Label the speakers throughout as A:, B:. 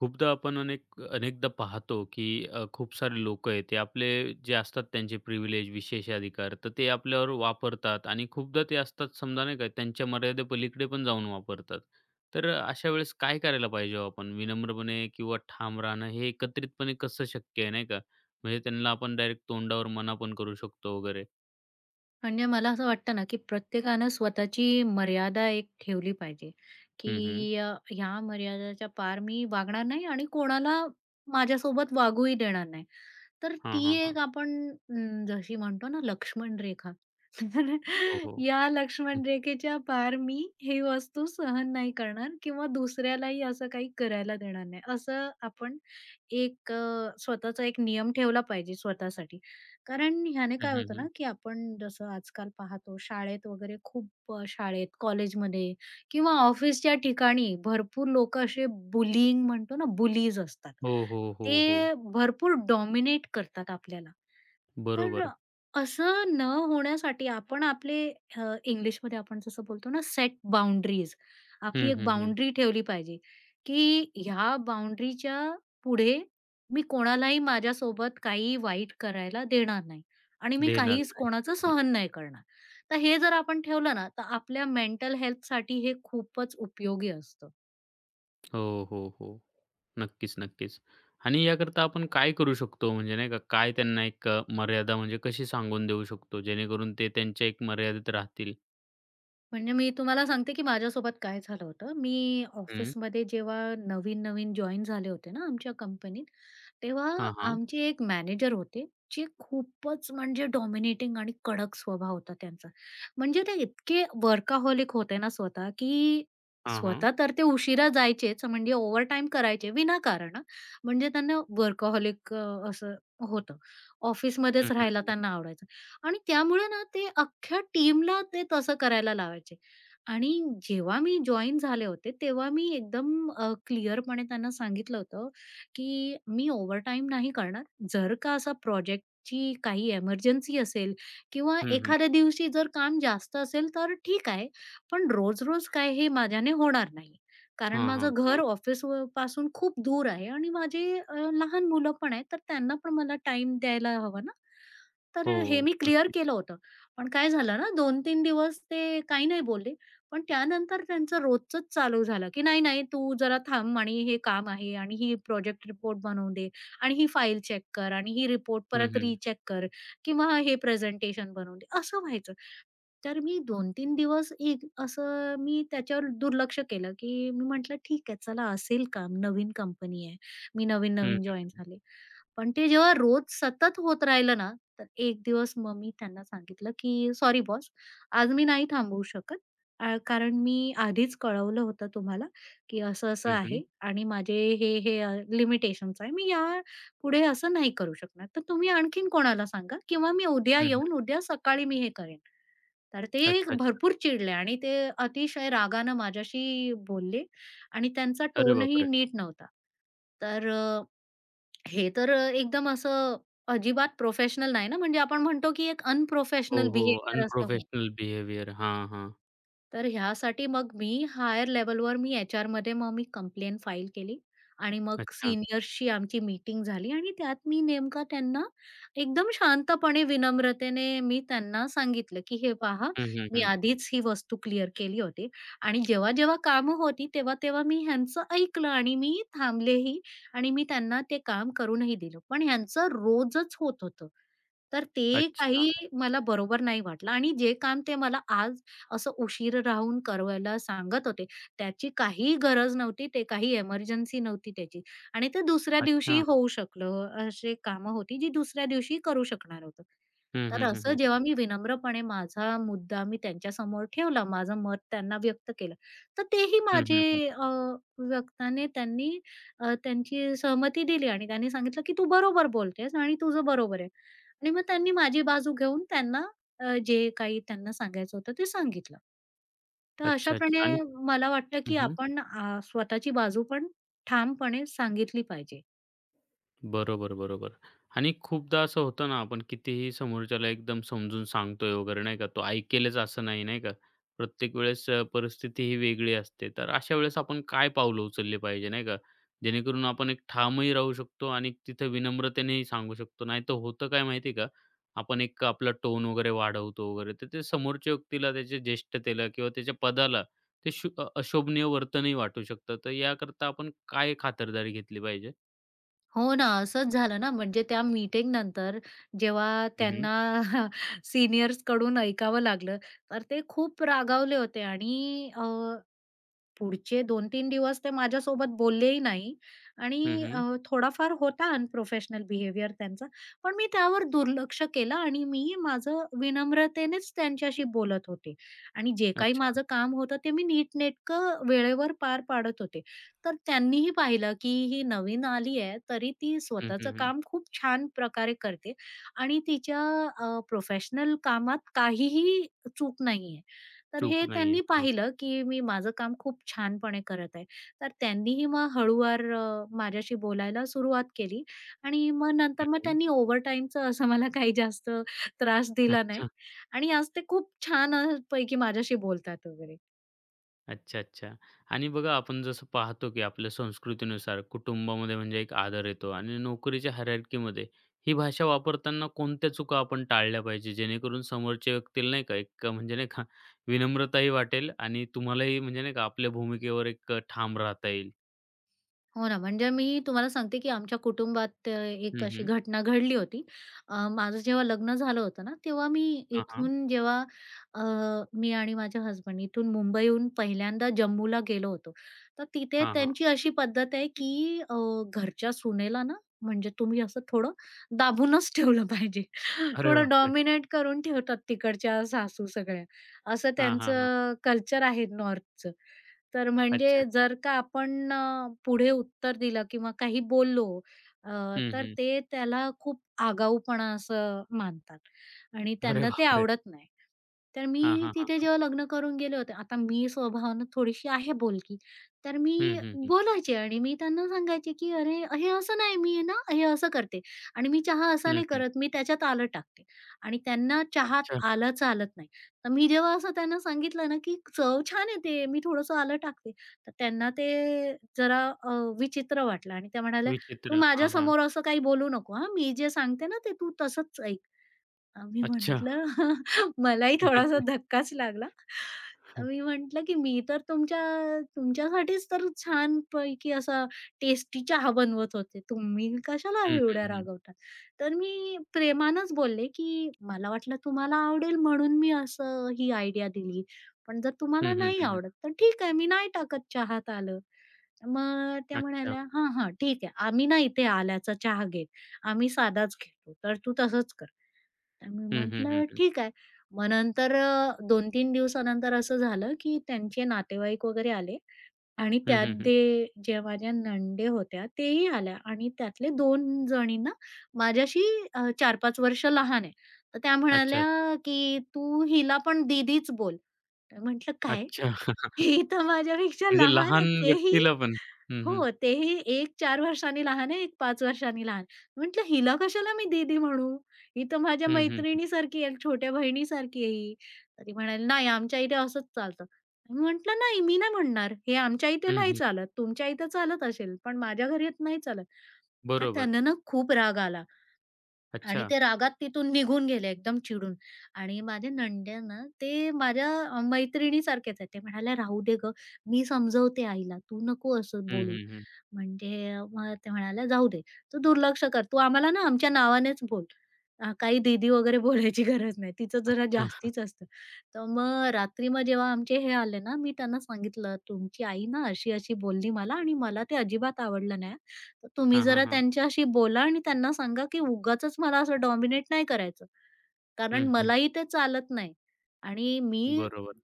A: खूपदा आपण अनेकदा पाहतो, की खूप सारे लोक आहेत, ते आपले जे असतात त्यांचे प्रिव्हिलेज, विशेष अधिकार, तर ते आपल्यावर वापरतात आणि खूपदा ते असतात समजा नाही का, त्यांच्या मर्यादेपलीकडे पण जाऊन वापरतात. तर अशा वेळेस काय करायला पाहिजे हो आपण? विनम्रपणे किंवा ठाम राहणं हे एकत्रितपणे कसं शक्य आहे, नाही का? म्हणजे त्यांना आपण डायरेक्ट तोंडावर मना पण करू शकतो वगैरे.
B: म्हणजे मला असं वाटतं ना, की प्रत्येकानं स्वतःची मर्यादा एक ठेवली पाहिजे,
A: हं, हं.
B: की ह्या मर्यादेच्या पार मी वागणार नाही आणि कोणाला माझ्यासोबत वागूही देणार नाही. तर
A: हां,
B: ती
A: हां, हां.
B: एक आपण जशी म्हणतो ना लक्ष्मण रेखा, तर
A: हो, हो.
B: या
A: हं,
B: लक्ष्मण रेखेच्या पार मी ही वस्तू सहन नाही करणार किंवा दुसऱ्यालाही असं काही करायला देणार नाही, असं आपण एक स्वतःचा एक नियम ठेवला पाहिजे स्वतःसाठी. कारण ह्याने काय
A: हं,
B: होतं ना,
A: हं,
B: की आपण जसं आजकाल पाहतो शाळेत वगैरे शाळेत, कॉलेजमध्ये किंवा ऑफिसच्या ठिकाणी भरपूर लोकं असे बुलिंग म्हणतो ना, बुलीज असतात.
A: हो, हो, हो, हो.
B: ते भरपूर डॉमिनेट करतात आपल्याला. तर
A: बरोबर.
B: असं न होण्यासाठी आपण इंग्लिशमध्ये आपण जसं बोलतो ना, सेट बाउंडरीज. आपली
A: हं,
B: एक
A: हं, हं.
B: बाउंडरी ठेवली पाहिजे, की ह्या बाउंडरीच्या पुढे मी कोणालाही माझ्यासोबत काही वाईट करायला देणार नाही आणि मी
A: देणार
B: काहीच
A: नाही.
B: कोणाचं सहन नाही करणार. तर हे जर आपण ठेवलं ना, तर आपल्या मेंटल हेल्थसाठी हे खूपच उपयोगी असतं.
A: हो, हो, हो. नक्कीच, नक्कीच. आणि याकरता आपण काय करू शकतो म्हणजे नाही का, काय त्यांना एक मर्यादा म्हणजे कशी सांगून देऊ शकतो, जेणेकरून ते त्यांच्या एक मर्यादेत राहतील?
B: म्हणजे मी तुम्हाला सांगते, की माझ्यासोबत काय झालं होतं. मी
A: हं.
B: ऑफिसमध्ये जेव्हा नवीन-नवीन जॉइन झाले होते ना आमच्या कंपनीत, तेव्हा
A: हां, हां.
B: आमचे एक मॅनेजर होते, जे खूपच म्हणजे डॉमिनेटिंग आणि कडक स्वभाव होता त्यांचा. म्हणजे ते इतके वर्काहॉलिक होते ना स्वतः, की
A: हां, हां.
B: स्वतः तर ते उशिरा जायचेच, म्हणजे ओव्हरटाईम करायचे विनाकारण हां. म्हणजे त्यांना वर्कहॉलिक असं होतं.
A: हं,
B: ऑफिसमध्येच
A: हं,
B: राहायला
A: हं.
B: त्यांना आवडायचं. आणि त्यामुळे ना ते अख्ख्या टीमला ते तसं करायला लावायचे. आणि जेव्हा मी जॉइन झाले होते, तेव्हा मी एकदम क्लिअरपणे त्यांना सांगितलं होतं, की मी ओव्हरटाईम नाही करणार. जर का असा प्रोजेक्टची काही एमर्जन्सी असेल किंवा
A: हं, हं.
B: एखाद्या दिवशी जर काम जास्त असेल, तर ठीक आहे. पण रोज-रोज काय हे माझ्याने होणार नाही. कारण
A: हां, हां.
B: माझं घर
A: मग?
B: ऑफिस पासून खूप दूर आहे आणि माझे लहान मुलं पण आहेत, तर त्यांना पण मला टाईम द्यायला हवा ना. तर हे
A: हो,
B: मी क्लिअर
A: नक्कीच.
B: केलं होतं. पण काय झालं ना दोन 3 दिवस ते काही नाही बोलले. पण त्यानंतर त्यांचं रोजचंच चालू झालं, की "नाही, नाही तू जरा थांब आणि हे काम आहे आणि ही प्रोजेक्ट रिपोर्ट बनवून दे आणि ही फाईल चेक कर आणि ही रिपोर्ट
A: हं,
B: परत
A: हं.
B: रीचेक कर किंवा हे प्रेझेंटेशन बनवून दे." असं व्हायचं. तर मी दोन 3 दिवस एक असं मी त्याच्यावर दुर्लक्ष केलं, की मी म्हटलं ठीक आहे चला असेल काम, नवीन कंपनी आहे. मी
A: हं,
B: नवीन-नवीन
A: हं,
B: जॉइन झाले. पण ते जेव्हा रोज सतत होत राहिलं ना, तर एक दिवस मग मी त्यांना सांगितलं, की "सॉरी बॉस, आज मी नाही थांबवू शकत. कारण मी आधीच कळवलं होतं तुम्हाला, की असं-असं
A: हं, हं.
B: आहे आणि माझे हे लिमिटेशन्स आहे. मी या पुढे असं नाही करू शकणार. तर तुम्ही आणखीन कोणाला सांगा किंवा मी उद्या
A: हं,
B: येऊन उद्या सकाळी मी हे करेन. तर ते
A: अच्छा, अच्छा.
B: भरपूर चिडले आणि ते अतिशय रागानं माझ्याशी बोलले आणि त्यांचा
A: अरे
B: टोनही
A: बापरे!
B: नीट नव्हता. तर अ, हे तर एकदम असं अजिबात प्रोफेशनल नाही ना, म्हणजे आपण म्हणतो की एक
A: हो,
B: अनप्रोफेशनल
A: हो.
B: बिहेवियर असं होतं.
A: Unprofessional behaviour. हां, हां.
B: तर ह्यासाठी मग मी हायर लेव्हलवर मी एचआरमध्ये मग मी कंप्लेंट फाईल केली आणि मग
A: अच्छा.
B: सीनियर्सची आमची मीटिंग झाली आणि त्यात मी नेमका त्यांना एकदम शांतपणे, विनम्रतेने मी त्यांना सांगितलं, की "हे पहा,
A: हं, हं,
B: मी
A: हं.
B: आधीच ही वस्तू क्लिअर केली होती आणि जेव्हा-जेव्हा कामं होती, तेव्हा-तेव्हा मी ह्यांचं ऐकलं आणि मी थांबलेही आणि मी त्यांना ते काम करूनही दिलं. पण ह्यांचं रोजच होत होतं. तर ते
A: अच्छा,
B: काही मला बरोबर नाही वाटलं आणि जे काम ते मला आज असं उशीर राहून करायला सांगत होते. त्याची काहीही गरज नव्हती. ते काही एमर्जन्सी नव्हती त्याची आणि ते दुसऱ्या
A: अच्छा.
B: दिवशीही होऊ शकलं. अशी कामं होती जी दुसऱ्या दिवशी करू शकणार होतो.
A: हं,
B: तर
A: हं, हं,
B: असं
A: हं.
B: जेव्हा मी विनम्रपणे माझा मुद्दा मी त्यांच्यासमोर ठेवला, माझं मत त्यांना व्यक्त केलं, तर तेही
A: हं, हं, हं.
B: व्यक्ताने त्यांनी त्यांची सहमती दिली आणि त्यांनी सांगितलं, की "तू बरोबर बोलतेस आणि तुझं बरोबर आहे." आणि मग त्यांनी माझी बाजू घेऊन त्यांना जे काही त्यांना सांगायचं होतं ते सांगितलं. तर
A: अच्छा,
B: अशाप्रणे
A: अच्छा. आणि
B: मला वाटतं
A: हं,
B: की
A: हं.
B: आपण स्वतःची बाजू पण ठामपणे सांगितली पाहिजे.
A: बरोबर, बरोबर. आणि खूपदा असं होतं ना, आपण कितीही समोरच्याला एकदम समजून सांगतोय वगैरे नाही का, तो ऐकेलच असं नाही, नाही का? प्रत्येक वेळेस परिस्थिती ही वेगळी असते. तर अशा वेळेस आपण काय पावलं उचलली पाहिजे, नाही का? जेणेकरून आपण एक ठामही राहू शकतो आणि तिथं विनम्रतेनेही सांगू शकतो. नाहीतर होतं काय माहिती का, आपण एक आपला टोन वगैरे वाढवतो वगैरे, तर ते समोरच्या व्यक्तीला, त्याच्या ज्येष्ठतेला किंवा त्याच्या पदाला ते अशोभनीय वर्तनही वाटू शकतं. तर याकरता आपण काय खातरदारी घेतली पाहिजे?
B: हो ना, असंच झालं ना म्हणजे त्या मीटिंग नंतर जेव्हा त्यांना सीनियर्सकडून ऐकावं लागलं, तर ते खूप रागावले होते आणि पुढचे दोन तीन दिवस ते माझ्यासोबत बोललेही नाही
A: हं,
B: आणि
A: हं.
B: थोडाफार होता अनप्रोफेशनल बिहेवियर त्यांचा. पण मी त्यावर दुर्लक्ष केलं आणि मी माझं विनम्रतेनेच त्यांच्याशी बोलत होते आणि जे काही
A: अच्छा.
B: माझं काम होतं ते मी नीटनेटकं वेळेवर पार पाडत होते. तर त्यांनीही पाहिलं, की ही नवीन आली आहे, तरी ती
A: हं,
B: स्वतःचं
A: हं, हं.
B: काम खूप छान प्रकारे करते आणि तिच्या प्रोफेशनल कामात काहीही चूक नाहीये. तर
A: चूक
B: हे
A: नाही आहे.
B: त्यांनी
A: हां.
B: पाहिलं, की मी माझं काम खूप छानपणे करत आहे. तर त्यांनीही मग हळूवार माझ्याशी बोलायला सुरुवात केली आणि मग
A: हं,
B: नंतर मग
A: हं.
B: त्यांनी ओव्हरटाईमचं असं मला काही जास्त त्रास दिला नाही
A: अच्छा.
B: आणि आज ते खूप छान पैकी माझ्याशी बोलतात वगैरे.
A: अच्छा, अच्छा. आणि बघा आपण जसं पाहतो, की आपल्या संस्कृतीनुसार कुटुंबामध्ये म्हणजे एक आदर येतो आणि नोकरीच्या हायरार्कीमध्ये ही भाषा वापरताना कोणत्या चुका आपण टाळल्या पाहिजे, जेणेकरून समोरच्या व्यक्तीला नाही का एक म्हणजे नाही का विनम्रताही वाटेल आणि तुम्हालाही म्हणजे नाही का आपल्या भूमिकेवर एक ठाम राहता येईल?
B: हो ना, म्हणजे मी तुम्हाला सांगते, की आमच्या कुटुंबात एक
A: हं,
B: अशी
A: हं.
B: घटना घडली होती. माझं जेव्हा लग्न झालं होतं ना, तेव्हा मी
A: हां, हां.
B: इथून जेव्हा अ, मी आणि माझ्या हसबंड इथून मुंबईहून पहिल्यांदा जम्मूला गेलो होतो. तर तिथे
A: हां, हां.
B: त्यांची अशी पद्धत आहे, की घरच्या सुनेला ना, म्हणजे तुम्ही असं थोडं दाबूनच ठेवलं पाहिजे.
A: अरे
B: थोडं
A: बापरे!
B: डॉमिनेट करून ठेवतात तिकडच्या सासू सगळ्या. असं
A: हां, हां, हां.
B: त्यांचं कल्चर आहे नॉर्थचं. तर
A: अच्छा,
B: म्हणजे
A: अच्छा.
B: जर का आपण पुढे उत्तर दिलं किंवा काही बोललो अ,
A: हं,
B: तर
A: हं.
B: ते त्याला खूप आगाऊपणा असं मानतात आणि
A: अरे
B: त्यांना ते
A: बापरे!
B: आवडत नाही. तर
A: हां,
B: मी
A: हां,
B: तिथे
A: हां.
B: जेव्हा लग्न करून गेले होते, आता मी स्वभावानं थोडीशी आहे बोलकी, तर
A: हं,
B: मी
A: हं, हं.
B: बोलायचे आणि मी त्यांना सांगायचे, की "अरे, हे असं नाही, मी आहे ना हे असं करते आणि मी चहा असा
A: हं,
B: नाही
A: हं.
B: करत, मी त्याच्यात आलं टाकते." आणि त्यांना चहात
A: अच्छा.
B: आलंच आलत नाही. मी जेव्हा असं त्यांना सांगितलं ना, की चव छान येते, मी थोडंसं आलं टाकते. तर त्यांना ते जरा अ, विचित्र वाटलं आणि त्या म्हणाल्या, "तू
A: विचित्र. हां, हां.
B: माझ्यासमोर असं काही बोलू नको हां, मी जे सांगते ना ते तू तसंच ऐक." मी
A: अच्छा.
B: म्हटलं मलाही थोडासा धक्काच लागला. मी म्हटलं, की "मी तर तुमच्यासाठीच तर छानपैकी असा टेस्टी चहा बनवत होते. तुम्ही कशाला
A: हं, हं,
B: एवढ्या
A: हं.
B: रागवता?" तर मी प्रेमानच बोलले, की "मला वाटलं तुम्हाला आवडेल म्हणून मी असं ही आयडिया दिली. पण जर तुम्हाला
A: हं, हं,
B: नाही
A: हं, हं.
B: आवडत तर ठीक आहे, मी नाही टाकत चहात आलं." मग त्या
A: अच्छा.
B: म्हणाल्या, "हां, हां, ठीक आहे. आम्ही ना इथे आल्याचा चहा घेत. आम्ही साधाच घेतो. तर तू तसंच कर." तर मी
A: हं, हं, हं,
B: म्हटलं
A: हं.
B: ठीक आहे. मग नंतर 2-3 दिवसानंतर असं झालं, की त्यांचे नातेवाईक वगैरे आले आणि
A: हं,
B: त्यात
A: हं, हं.
B: ते ज्या माझ्या नणंदे होत्या तेही आल्या आणि त्यातले 2 जणींना माझ्याशी 4-5 वर्ष लहान आहे. तर त्या
A: अच्छा, अच्छा.
B: म्हणाल्या, की "तू हिला पण दीदीच बोल." तर म्हटलं, "काय?
A: अच्छा.
B: ही तर माझ्यापेक्षा
A: म्हणजे
B: लहान
A: लहान
B: आहेत तेही."
A: व्यक्तीला पण. हं,
B: हो,
A: हं.
B: तेही एक चार वर्षांनी लहान आहे, एक पाच वर्षांनी लहान. म्हटलं हिला कशाला मी दीदी म्हणू? ही तर माझ्या
A: हं, हं.
B: मैत्रिणीसारखी आहे, छोट्या बहिणीसारखी आहे ही. तर ती म्हणाली, "नाही, आमच्या इथे असंच चालतं." मी म्हटलं, "नाही, मी नाही म्हणणार. हे आमच्या इथे
A: हं,
B: नाही
A: हं. हं.
B: चालत. तुमच्या इथे चालत असेल, पण माझ्या घरी नाही चालत." तर
A: बरोबर.
B: त्यांना ना खूप राग आला. आणि
A: अच्छा.
B: ते रागात तिथून निघून गेले एकदम चिडून आणि माझ्या नणंद्या ना, ते माझ्या मैत्रिणीसारखेच आहेत. ते म्हणाल्या, "राहू दे गं, मी समजवते आईला, तू नको असं
A: हं,
B: बोलू."
A: हं, हं.
B: म्हणजे मग ते म्हणाल्या, "जाऊ दे, तू दुर्लक्ष कर. तू आम्हाला ना आमच्या नावानेच बोल. काही दीदी वगैरे बोलायची गरज नाही." तिचं जरा
A: अच्छा.
B: जास्तीच असतं. तर मग रात्री मग जेव्हा आमचे हे आले ना, मी त्यांना सांगितलं, "तुमची आई ना अशी-अशी बोलली मला आणि मला ते अजिबात आवडलं नाही तर तुम्ही
A: हां, हां,
B: जरा
A: हां.
B: त्यांच्याशी बोला आणि त्यांना सांगा, की उगाचच मला असं डॉमिनेट नाही करायचं. कारण
A: हं, हं.
B: मलाही ते चालत नाही आणि मी
A: बरोबर.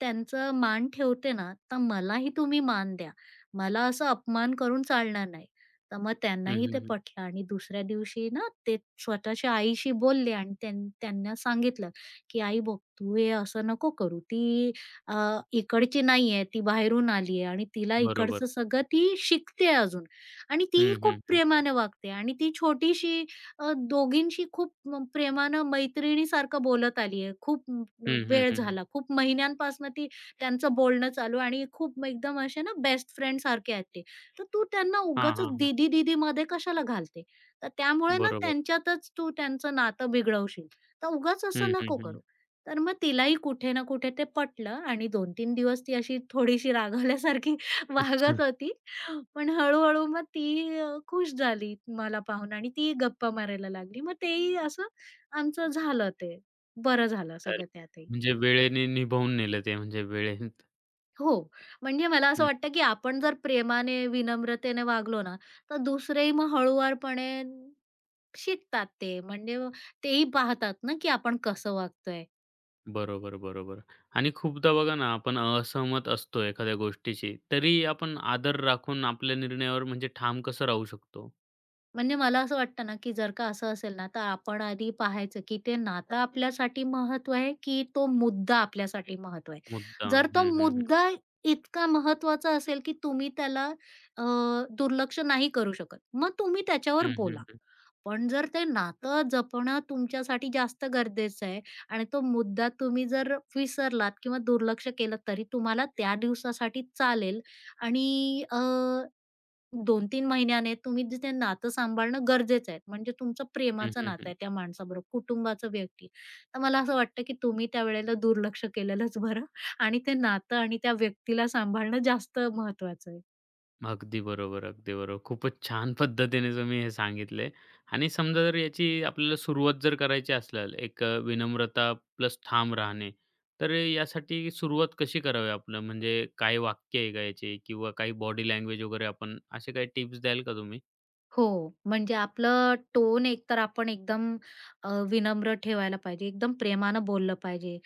B: त्यांचं मान ठेवते ना, तर मलाही तुम्ही मान द्या. मला असं अपमान करून चालणार नाही. तर मग
A: हं,
B: त्यांनाही
A: हं,
B: ते
A: हं.
B: पटलं आणि दुसऱ्या दिवशी ना ते स्वतःच्या आईशी बोलले आणि त्यांना सांगितलं, की "आई बघ, तू हे असं नको करू. ती अ, इकडची नाहीये, ती बाहेरून आलीये आणि तिला
A: बरोबर.
B: इकडचं सगळं ती शिकते अजून आणि तीही
A: हं,
B: खूप
A: हं, हं.
B: प्रेमाने वागते आणि ती छोटीशी दोघींशी खूप प्रेमानं मैत्रिणीसारखं बोलत आली आहे. खूप
A: हं, हं,
B: वेळ
A: हं, हं.
B: झाला. खूप महिन्यांपासनं ती त्यांचं बोलणं चालू आणि खूप एकदम असे ना बेस्ट फ्रेंडसारखे आहेत ते. तर तू त्यांना
A: हां,
B: उगाच
A: हां, हां.
B: दीदी-दीदीमध्ये कशाला घालते? तर त्यामुळे ना
A: बरोबर.
B: त्यांच्यातच तू त्यांचं नातं बिघडवशील. तर उगाच
A: हं,
B: असं
A: हं,
B: नको
A: हं.
B: करू. तर मग तिलाही कुठे ना कुठे ते पटलं आणि 2-3 दिवस ती अशी थोडीशी रागावल्यासारखी
A: अच्छा.
B: वागत होती. पण हळू-हळू मग ती खुश झाली मला पाहून आणि ती गप्पा मारायला लागली. मग तेही असं आमचं झालं ते. बरं झालं
A: तर
B: सगळं त्यातही.
A: म्हणजे वेळेने निभावून नेलं ते म्हणजे वेळेत.
B: हो, म्हणजे मला असं वाटतं, की आपण जर प्रेमाने, विनम्रतेने वागलो ना, तर दुसरेही मग हळुवारपणे शिकतात ते. म्हणजे तेही पाहतात ना, की आपण कसं वागतोय.
A: बरोबर, बरोबर. आणि खूपदा बघा ना, आपण असहमत असतो एखाद्या गोष्टीशी, तरी आपण आदर राखून आपल्या निर्णयावर म्हणजे ठाम कसं राहू शकतो?
B: म्हणजे मला असं वाटतं ना, की जर का असं असेल ना, तर आपण आधी पाहायचं, की ते नातं आपल्यासाठी महत्व आहे, की तो मुद्दा आपल्यासाठी महत्व आहे.
A: मुद्दाम.
B: जर तो
A: हं, हं, हं.
B: मुद्दा इतका महत्वाचा असेल, की तुम्ही त्याला अ, दुर्लक्ष नाही करू शकत, मग तुम्ही त्याच्यावर
A: हं, हं,
B: बोला.
A: हं.
B: पण जर ते नातं जपणं तुमच्यासाठी जास्त गरजेचं आहे आणि तो मुद्दा तुम्ही जर विसरलात किंवा दुर्लक्ष केलं, तरी तुम्हाला त्या दिवसासाठी चालेल आणि 2-3 महिन्याने तुम्ही ते नातं सांभाळणं गरजेचं आहे. म्हणजे तुमचं
A: हं,
B: प्रेमाचं
A: हं,
B: नातं
A: हं.
B: आहे त्या माणसाबरोबर, कुटुंबाचं व्यक्ती. तर मला असं वाटतं, की तुम्ही त्यावेळेला दुर्लक्ष केलेलंच बरं आणि ते नातं आणि त्या व्यक्तीला सांभाळणं जास्त महत्वाचं आहे.
A: अगदी बरोबर, अगदी बरोबर. खूपच छान पद्धतीने तुम्ही हे सांगितले आणि समजा जर याची आपल्याला सुरुवात जर करायची असेल, एक विनम्रता प्लस ठाम राहणे, तर यासाठी सुरुवात कशी करावी आपलं? म्हणजे काही वाक्य आहे का याची किंवा काही बॉडी लँग्वेज वगैरे आपण असे काही टिप्स द्याल का तुम्ही?
B: हो, म्हणजे आपलं टोन एकतर आपण एकदम विनम्र ठेवायला पाहिजे, एकदम प्रेमानं बोललं पाहिजे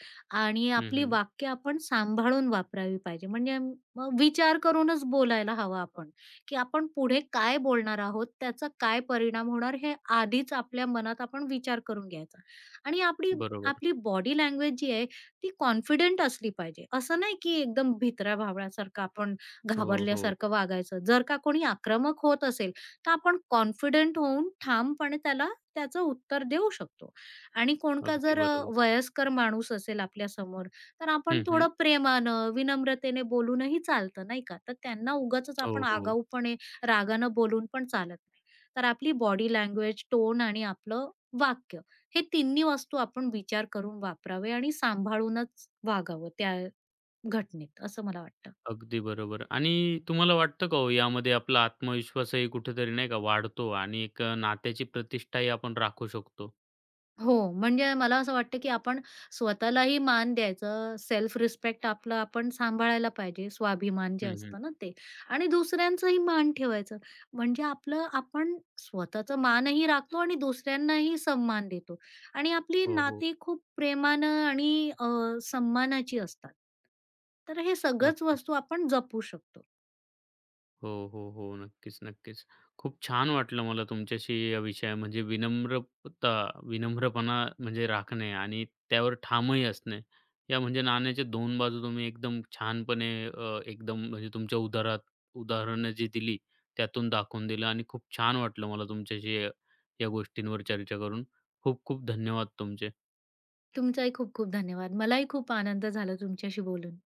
B: आणि
A: हं,
B: आपली
A: हं.
B: वाक्य आपण सांभाळून वापरावी पाहिजे. म्हणजे मग विचार करूनच बोलायला हवं आपण, की आपण पुढे काय बोलणार आहोत, त्याचा काय परिणाम होणार हे आधीच आपल्या मनात आपण विचार करून घ्यायचा आणि आपली
A: बरोबर.
B: आपली बॉडी लँग्वेज जी आहे ती कॉन्फिडंट असली पाहिजे. असं नाही की एकदम भित्र्या भावळ्यासारखं आपण
A: हो, हो,
B: घाबरल्यासारखं
A: हो.
B: वागायचं. जर का कोणी आक्रमक होत असेल तर आपण कॉन्फिडंट होऊन ठामपणे त्याला त्याचं उत्तर देऊ शकतो. आणि कोण का
A: अगदी
B: जर
A: बरोबर.
B: वयस्कर माणूस असेल आपल्यासमोर, तर आपण
A: हं, हं.
B: थोडं प्रेमानं, विनम्रतेने बोलूनही चालतं, नाही का? तर त्यांना उगाच
A: हो,
B: आपण
A: हो.
B: आगाऊपणे, रागानं बोलून पण चालत नाही. तर आपली बॉडी लँग्वेज, टोन आणि आपलं वाक्य हे तिन्ही वस्तू आपण विचार करून वापरावे आणि सांभाळूनच वागावं त्या घटनेत, असं मला वाटतं.
A: अगदी बरोबर. आणि तुम्हाला वाटतं का हो, यामध्ये आपला आत्मविश्वासही कुठेतरी नाही का वाढतो आणि एक नात्याची प्रतिष्ठाही आपण राखू शकतो?
B: हो, म्हणजे मला असं वाटतं, की आपण स्वतःलाही मान द्यायचं, सेल्फ रिस्पेक्ट आपलं आपण सांभाळायला पाहिजे, स्वाभिमान जे
A: हं, हं.
B: असतं ना ते आणि दुसऱ्यांचंही मान ठेवायचं. म्हणजे आपलं आपण स्वतःचा मानही राखतो आणि दुसऱ्यांनाही सन्मान देतो आणि आपली
A: हो, हो.
B: नाती खूप प्रेमानं आणि सन्मानाची असतात. तर हे सगळंच
A: नक्कीच.
B: वस्तू आपण जपू शकतो.
A: हो, हो, हो. नक्कीच, नक्कीच. खूप छान वाटलं मला तुमच्याशी या विषया म्हणजे विनम्रता विनम्रपणा म्हणजे राखणे आणि त्यावर ठामही असणे. या म्हणजे नाण्याच्या 2 बाजू तुम्ही एकदम छानपणे एकदम म्हणजे तुमच्या उदाहरात उदाहरणं जी दिली त्यातून दाखवून दिलं आणि खूप छान वाटलं मला तुमच्याशी या या गोष्टींवर चर्चा करून. खूप खूप धन्यवाद तुमचे.
B: तुमचाही खूप खूप धन्यवाद. मलाही खूप आनंद झाला तुमच्याशी बोलून.